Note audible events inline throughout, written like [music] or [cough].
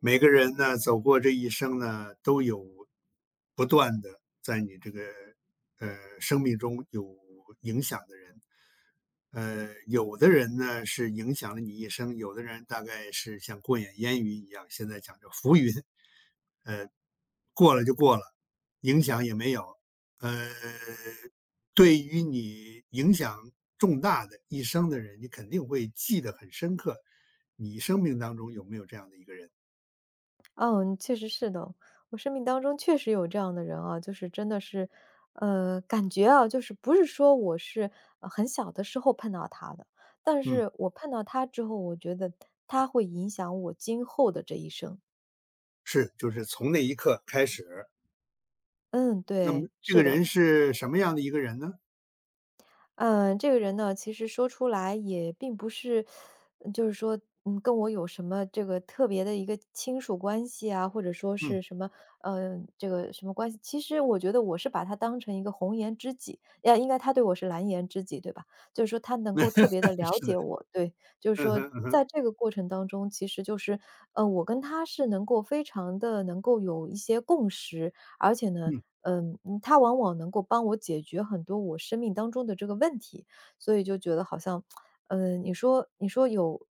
每个人呢，走过这一生呢，都有不断的在你这个生命中有影响的人。有的人呢是影响了你一生，有的人大概是像过眼烟云一样，现在讲叫浮云，呃，过了就过了，影响也没有。呃，对于你影响重大的一生的人，你肯定会记得很深刻。你生命当中有没有这样的一个人？嗯，确实是的。我生命当中确实有这样的人啊，就是真的是，感觉啊，就是不是说我是很小的时候碰到他的，但嗯，是我碰到他之后，我觉得他会影响我今后的这一生。是，就是从那一刻开始，嗯，那么对，这是个的。人是什么样的一个人呢？嗯，这个人呢，其实说出来也并不是，就是说，跟我有什么这个特别的一个亲属关系啊，或者说嗯，是什么。这个什么关系？其实我觉得我是把他当成一个红颜知己，呀，应该他对我是蓝颜知己，对吧？就是说他能 [laughs] 够特别的了是解的，我。对，就是嗯说哼，嗯哼，在这个过程当中，其实就是，我跟他是能够非常的能够有一些共识。而且呢，嗯它往往能够帮我解决很多我生命当中的这个问题，所以就觉得好像，你说有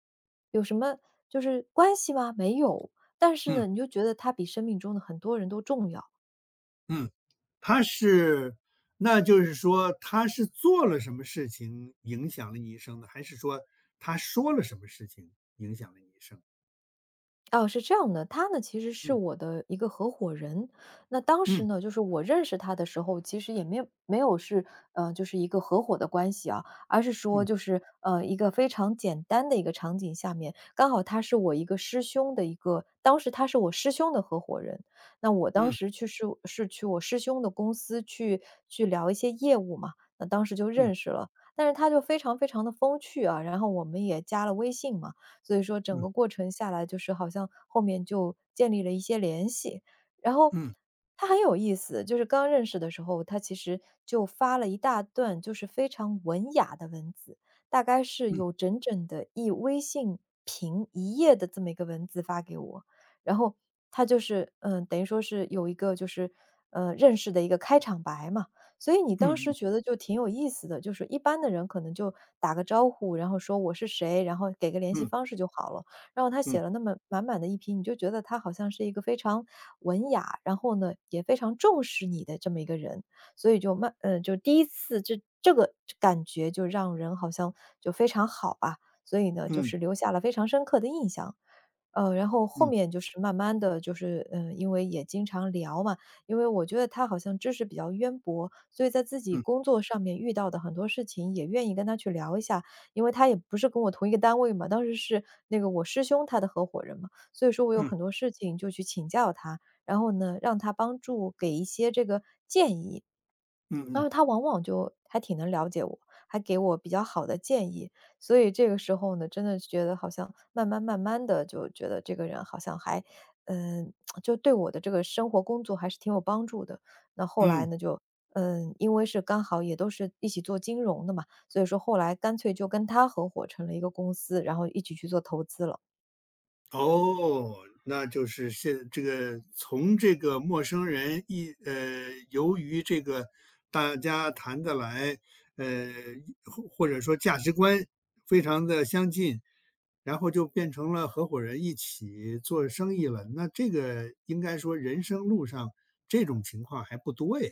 什么就是关系吗？没有。但是嗯呢，你就觉得它比生命中的很多人都重要。嗯，他是，那就是说他是做了什么事情影响了你一生呢？还是说他说了什么事情影响了你一生？哦，是这样的，他呢其实是嗯我的一个合伙人。那当时嗯呢，就是我认识他的时候，其实也没有是就是一个合伙的关系啊，而是说嗯就是一个非常简单的一个场景下面，刚好他是我一个师兄的一个，当时他是我师兄的合伙人。那我当嗯时去是去我师兄的公司去聊一些业务嘛，那当时就认嗯识了。但是他就非常非常的风趣啊，然后我们也加了微信嘛。所以说整嗯个过程下来，就是好像后面就建立了一些联系。然后嗯他很有意思，就是刚认识的时候，他其实就发了一大段就是非常文雅的文字，大概是嗯有整整的一微信屏一页的这么一个文字发给我。然后他就是，等于说是有一个就是，认识的一个开场白嘛。所以你嗯当时嗯觉得就挺有意思的，就是一般的人可能就打个招呼，然后说我是谁，然后给个联系嗯方式就好了。然后他写嗯了那么满满的一批，你就觉得他好像是一个非常文雅，然后呢也非常重视你的这么一个人。所以就就第一次这个感觉就让人好像就非常好吧，所以呢就嗯是留下了非常深刻的印象。然后后嗯嗯面就是慢慢的就是，因为也经常聊嘛，因为我觉得他好像知识比较渊博，所以在自己嗯工作上面遇到的很多事情也愿意跟他去聊一下。因为他也不是跟我同一个单位嘛，当时是那个我师兄他的合伙人嘛，所以说我有很多事情就去请教他，然后呢，让他帮助给一些这个建议。嗯嗯然后嗯他往往就还挺能了解我，还给我比较好的建议。所以这个时候呢，真的觉得好像慢慢慢慢的就觉得这个人好像还嗯，[tsk] 就对我的这个生活工作还是挺有帮助的。那后来嗯。呢，就因为是刚好也都是一起做金融的嘛，所以说后来干脆就跟他合伙成了一个公司，然后一起去做投资了。哦，那就是现这个从这个陌生人，由于这个大家谈得来，呃，或者说价值观非常的相近，然后就变成了合伙人一起做生意了。那这个应该说人生路上这种情况还不多哎。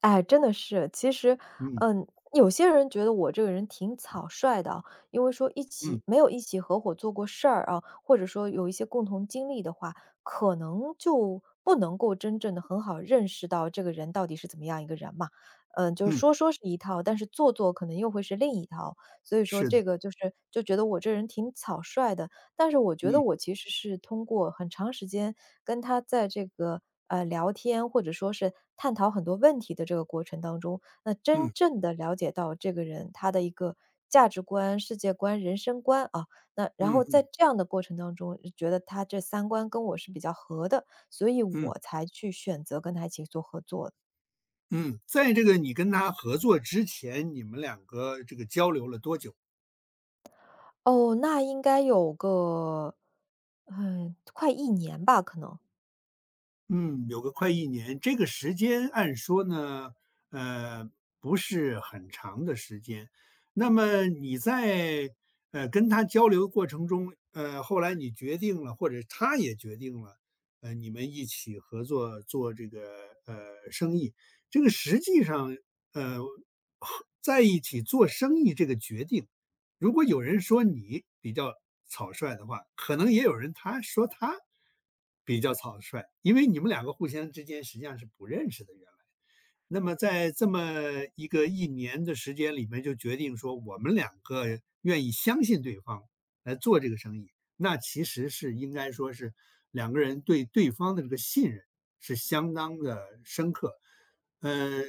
哎，真的是。其实，嗯，嗯，有些人觉得我这个人挺草率的啊，因为说一嗯，起没有一起合伙做过事儿啊，或者说有一些共同经历的话，可能就不能够真正的很好认识到这个人到底是怎么样一个人嘛。嗯，就是嗯，说说是一套，但是做可能又会是另一套。所以说是的，这个就是就觉得我这人挺草率的，但是我觉得嗯，我其实是通过很长时间跟他在这个，聊天，或者说是探讨很多问题的这个过程当中，那真嗯，正的了解到这个人他的一个价值观、世界观、人生观啊。那然嗯，后在嗯，这样的过程当中，觉得他这三观跟我是比较合的，所以嗯，我才去选择跟他一起做合作的。嗯。在这个你跟他合作之前，你们两个这个交流了多久？哦，那应该有个，快一年吧，可能。嗯，有个快一年，这个时间按说呢，呃，不是很长的时间。那么你在，跟他交流过程中，后来你决定了，或者他也决定了，你们一起合作做这个，生意。这个实际上，呃，和在一起做生意这个决定，如果有人说你比较草率的话，可能也有人他说他比较草率，因为你们两个互相之间实际上是不认识的，原来。那么在这么一个一年的时间里面，就决定说我们两个愿意相信对方来做这个生意，那其实是应该说是两个人对对方的这个信任是相当的深刻。呃，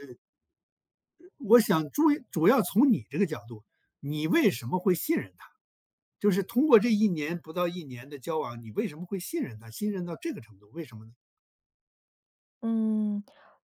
我想主要从你这个角度，你为什么会信任他？就是通过这一年不到一年的交往，你为什么会信任他？信任到这个程度，为什么呢？嗯，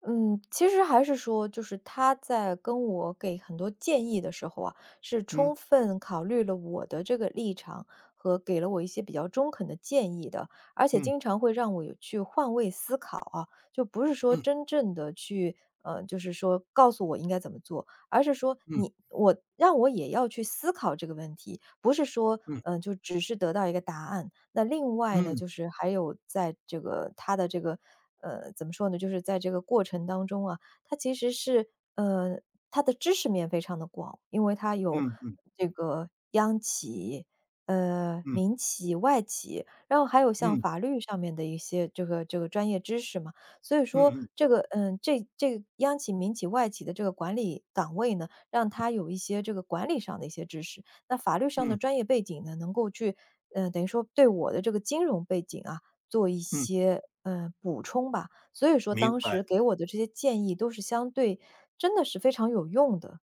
其实还是说，就是他在跟我给很多建议的时候啊，是充嗯分考虑了我的这个立场和给了我一些比较中肯的建议的，而且嗯经常会让我有去换位思考啊，就不是说嗯真正的去，就是说告诉我应该怎么做，而是说嗯我让我也要去思考这个问题，不是说，嗯就只是得到一个答案。那另外呢，嗯就是还有在这个他的这个，怎么说呢，就是在这个过程当中啊，他其实是，呃，他的知识面非常的广，因为他有嗯嗯这个央企，嗯民企、外企，然后还有像嗯法律上面的一些这个专业知识嘛。所以嗯说嗯这个，这个央企、民企、外企的这个管理岗位呢，让他有一些这个管理上的一些知识，那法律上的嗯，专业背景呢，能够去，等于说对我的这个金融背景啊，做一嗯些，补充吧。所以说明当白。时给我的这些建议都是相对真的是非常有用的。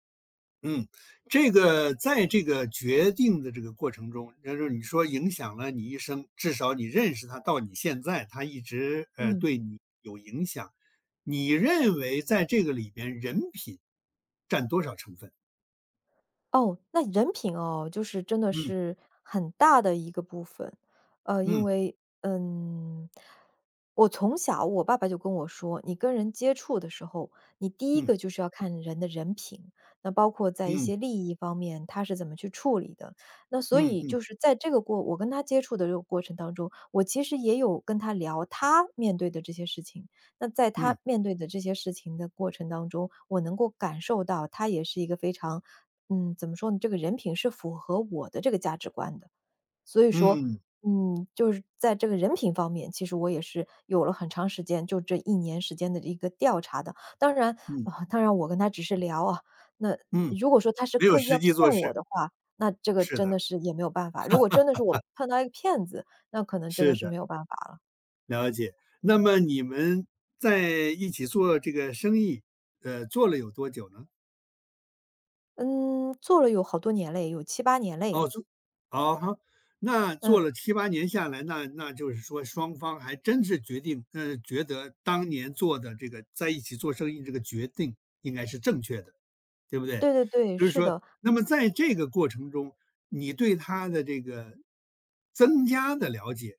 嗯，这个在这个决定的这个过程中，就是你说影响了你一生，至少你认识他到你现在，他一直嗯。对你有影响。你认为在这个里边，人品占多少成分？哦，那人品哦，就是真的嗯是很大的一个部分。因嗯为，嗯，我从小我爸爸就跟我说，你跟人接触的时候，你第一嗯个就是要看人的人品，那包括在一嗯些利益方面，他是怎么去处理的。那所嗯以就嗯是在这个我跟他接触的这个过程当中，我其实也有跟他聊他面对的这些事情。那在他嗯。面对的这些事情的过程当中，我能够感受到他也是一个非常怎么说呢？这个人品是符合我的这个价值观的，所以说，嗯，就是在这个人品方面，其实我也是有了很长时间，就这一年时间的一个调查的。当然，嗯，啊，当然我跟他只是聊啊，那嗯，如果说他是没有刻意实要际做骗我事，的话，那这个是真的，的是也没有办法。如果真的是我碰到一个骗子，那可能真的是是的，没有办法了。了解。那么你们在一起做这个生意，做了有多久呢？嗯，做了有好多年嘞，有七八年嘞。哦，哦，哈，那做嗯，了七八年下来，那就是说双方还真是决定觉得当年做的这个在一起做生意这个决定应该是正确的，对不对？对对对，就是是说，的，那么在这个过程中，你对他的这个增加的了解，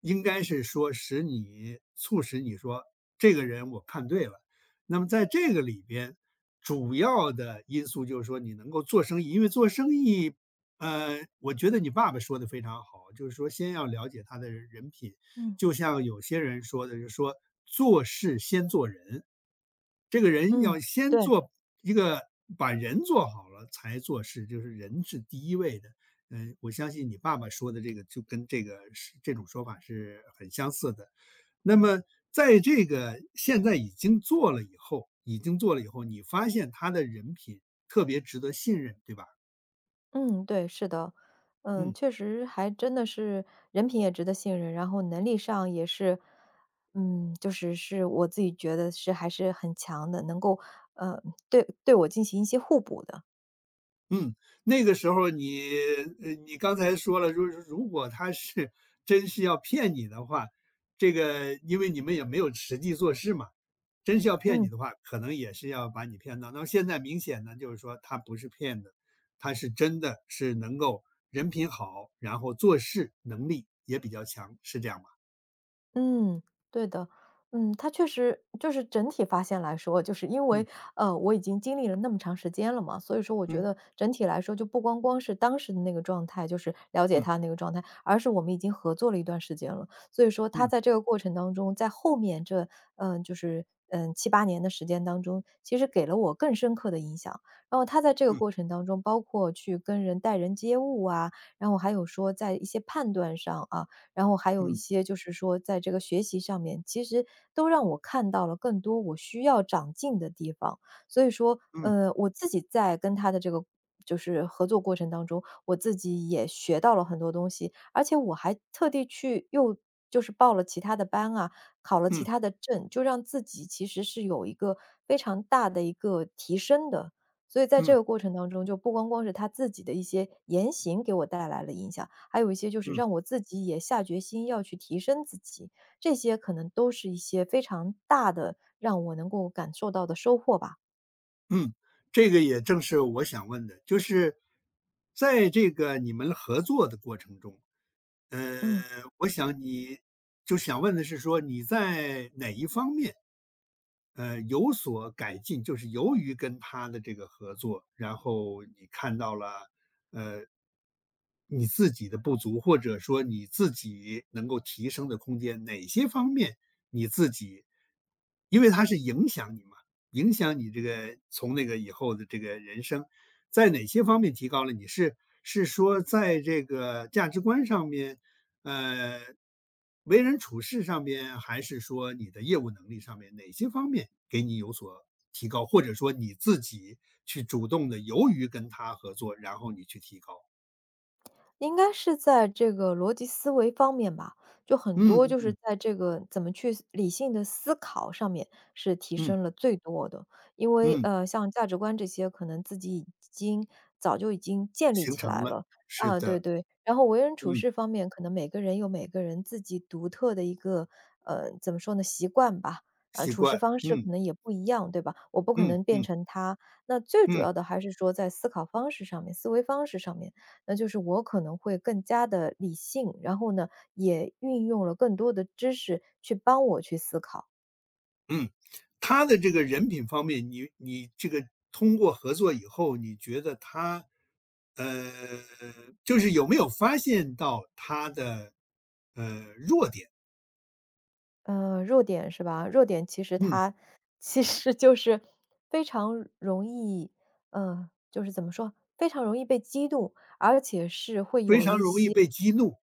应该是说使你促使你说这个人我看对了。那么在这个里边，主要的因素就是说你能够做生意，因为做生意我觉得你爸爸说的非常好，就是说先要了解他的人品，嗯，就像有些人说的，就是说做事先做人，这个人嗯，要先对。做一个把人做好了才做事，就是人是第一位的。嗯，我相信你爸爸说的这个就跟这个是这种说法是很相似的。那么在这个现在已经做了以后，你发现他的人品特别值得信任，对吧？嗯，对，是的，嗯，嗯。确实还真的是人品也值得信任，然后能力上也是，嗯，就是是我自己觉得是还是很强的，能够呃对我进行一些互补的。嗯，那个时候你刚才说了，就是如果他是真是要骗你的话，这个因为你们也没有实际做事嘛，真是要骗你嗯。的话，可能也是要把你骗到。那么现在明显呢，就是说他不是骗的，他是真的是能够人品好，然后做事能力也比较强，是这样吗？嗯，对的，嗯，他确实就是整体发现来说，就是因为嗯我已经经历了那么长时间了嘛，所以说我觉嗯得整体来说，就不光光是当时的那个状态，就是了解嗯他那个状态，而是我们已经合作了一段时间了，所以说他嗯在这个过程当中，在后面这就是七八年的时间当中，其实给了我更深刻的影响。然后他在这个嗯过程当中，包括去跟人待人接物啊，然后还有说在一些判断上啊。然后还有一嗯些就是说在这个学习上面，其实都让我看到了更多我需要长进的地方。所以说，嗯我自己在跟他的这个就是合作过程当中，我自己也学到了很多东西，而且我还特地去又就是报了其他的班啊，考了嗯其嗯他的证，就让自己其实是有一个非常大的一个提升的。所以在这嗯个过程当中，就不光光是他自己的一些言行给我带来了影响，还有一些就是嗯。让我自己也下决心要去提升自己，这些可能都是一些非常大的让我能够感受到的收获吧。嗯，这个也正是我想问的，就是在这个你们合作的过程中，嗯。我想你就想问的是说你在哪一方面，有所改进，就是由于跟他的这个合作，然后你看到了呃，你自己的不足，或者说你自己能够提升的空间，哪些方面你自己，因为它是影响你嘛，影响你这个从那个以后的这个人生，在哪些方面提高了？你是说在这个价值观上面，呃，为人处事上面，还是说你的业务能力上面，哪些方面给你有所提高，或者说你自己去主动的，由于跟他合作，然后你去提高？应该是在这个逻辑思维方面吧，就很嗯多嗯就是嗯在这个怎么去理性的思考上面是提嗯升了最多的。因为，嗯，像价值观这些可能自己已经早就已经建立形起成来了，了。是啊，对的，对，然后为人处嗯，事方面，可能每个人有每个人自己独特的一个，怎么说呢，习惯吧，啊，习处事惯，方式可嗯能也不一样，对吧？我不可嗯能变嗯成他，那最主嗯要的还是说在思考方式上面、思维方式上面。那就是我可能会更加的理性，然后呢，也运用了更多的知识去帮我去思考。嗯。他的这个人品方面，你这个通过合作以后，你觉得他，呃，就是有没有发现到他的，弱点？弱点是吧？弱点其实嗯，它其实就是非常容易，就是怎么说，非常容易被激怒。非常容易被激怒，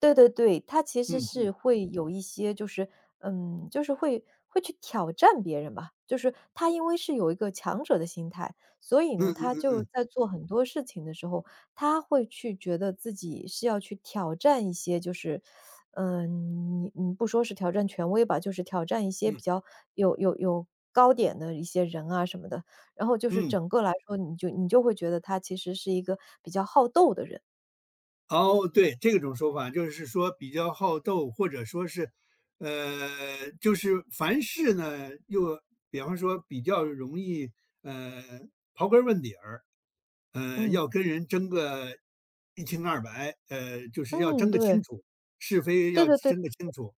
对对对，他其实嗯是嗯会有一些就是，嗯，就是会去挑战别人吧。就是他因为是有一个强者的心态，所以嗯呢，嗯他嗯就嗯在做很多事情的时候，他会去觉得自己是要去挑战一些，就是，嗯，你不说是挑战权威吧，就是挑战一些比嗯较有高点的一些人啊什么的。然后就是嗯。整个来说，你就会觉得他其实是一个比较好斗的人。哦，对，这种说法就是说比较好斗，或者说是，就是凡事呢，又比方说比较容易，呃，刨根儿问底儿，嗯要跟人争个一清二白，就是要嗯，争个对，清楚，是非对要对对。争个清楚。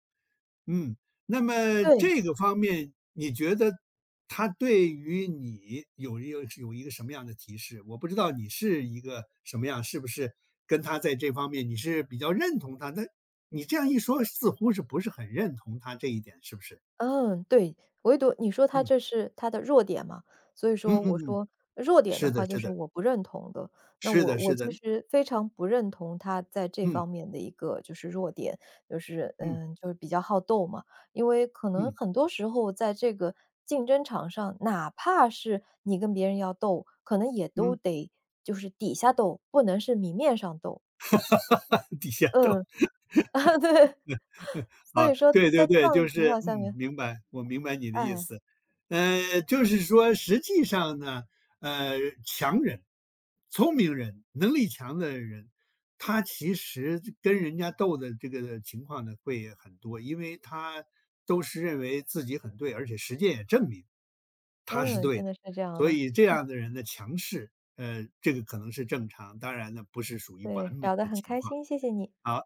嗯，那么对，这个方面，你觉得他对于你有一个什么样的提示？我不知道你是一个什么样，是不是跟他在这方面你是比较认同他？那你这样一说，似乎是不是很认同他这一点？是不是？嗯，对，唯独你说他嗯这是他的弱点嘛，所以嗯说我嗯嗯，说弱点的是的，话就是是的，我不认同的，那是我的，我是其的，实非常不认同他在这嗯方面的一个就是弱点，就是嗯嗯，就是比较好斗嘛，因为可能嗯很多时候在这个竞争场上，哪怕是你跟别人要斗，可能也都嗯，得就是底下斗，不能是明面上斗，[laughs] 底下嗯，都 [laughs] 啊，对，[laughs] 所啊，以说对在对这对，样的就情是，况下嗯，面，明白，我明白你的意哎。思。就是说实际上呢，呃，强人、聪明人、能力强的人，他其实跟人家斗的这个情况呢会很多，因为他都是认为自己很对，而且实践也证明他是嗯，对真的。的是这样所的。以这嗯，样的人的强势，这个可能是正常，当然呢不是属于完对，美聊得的很情开况。心，谢谢你。好。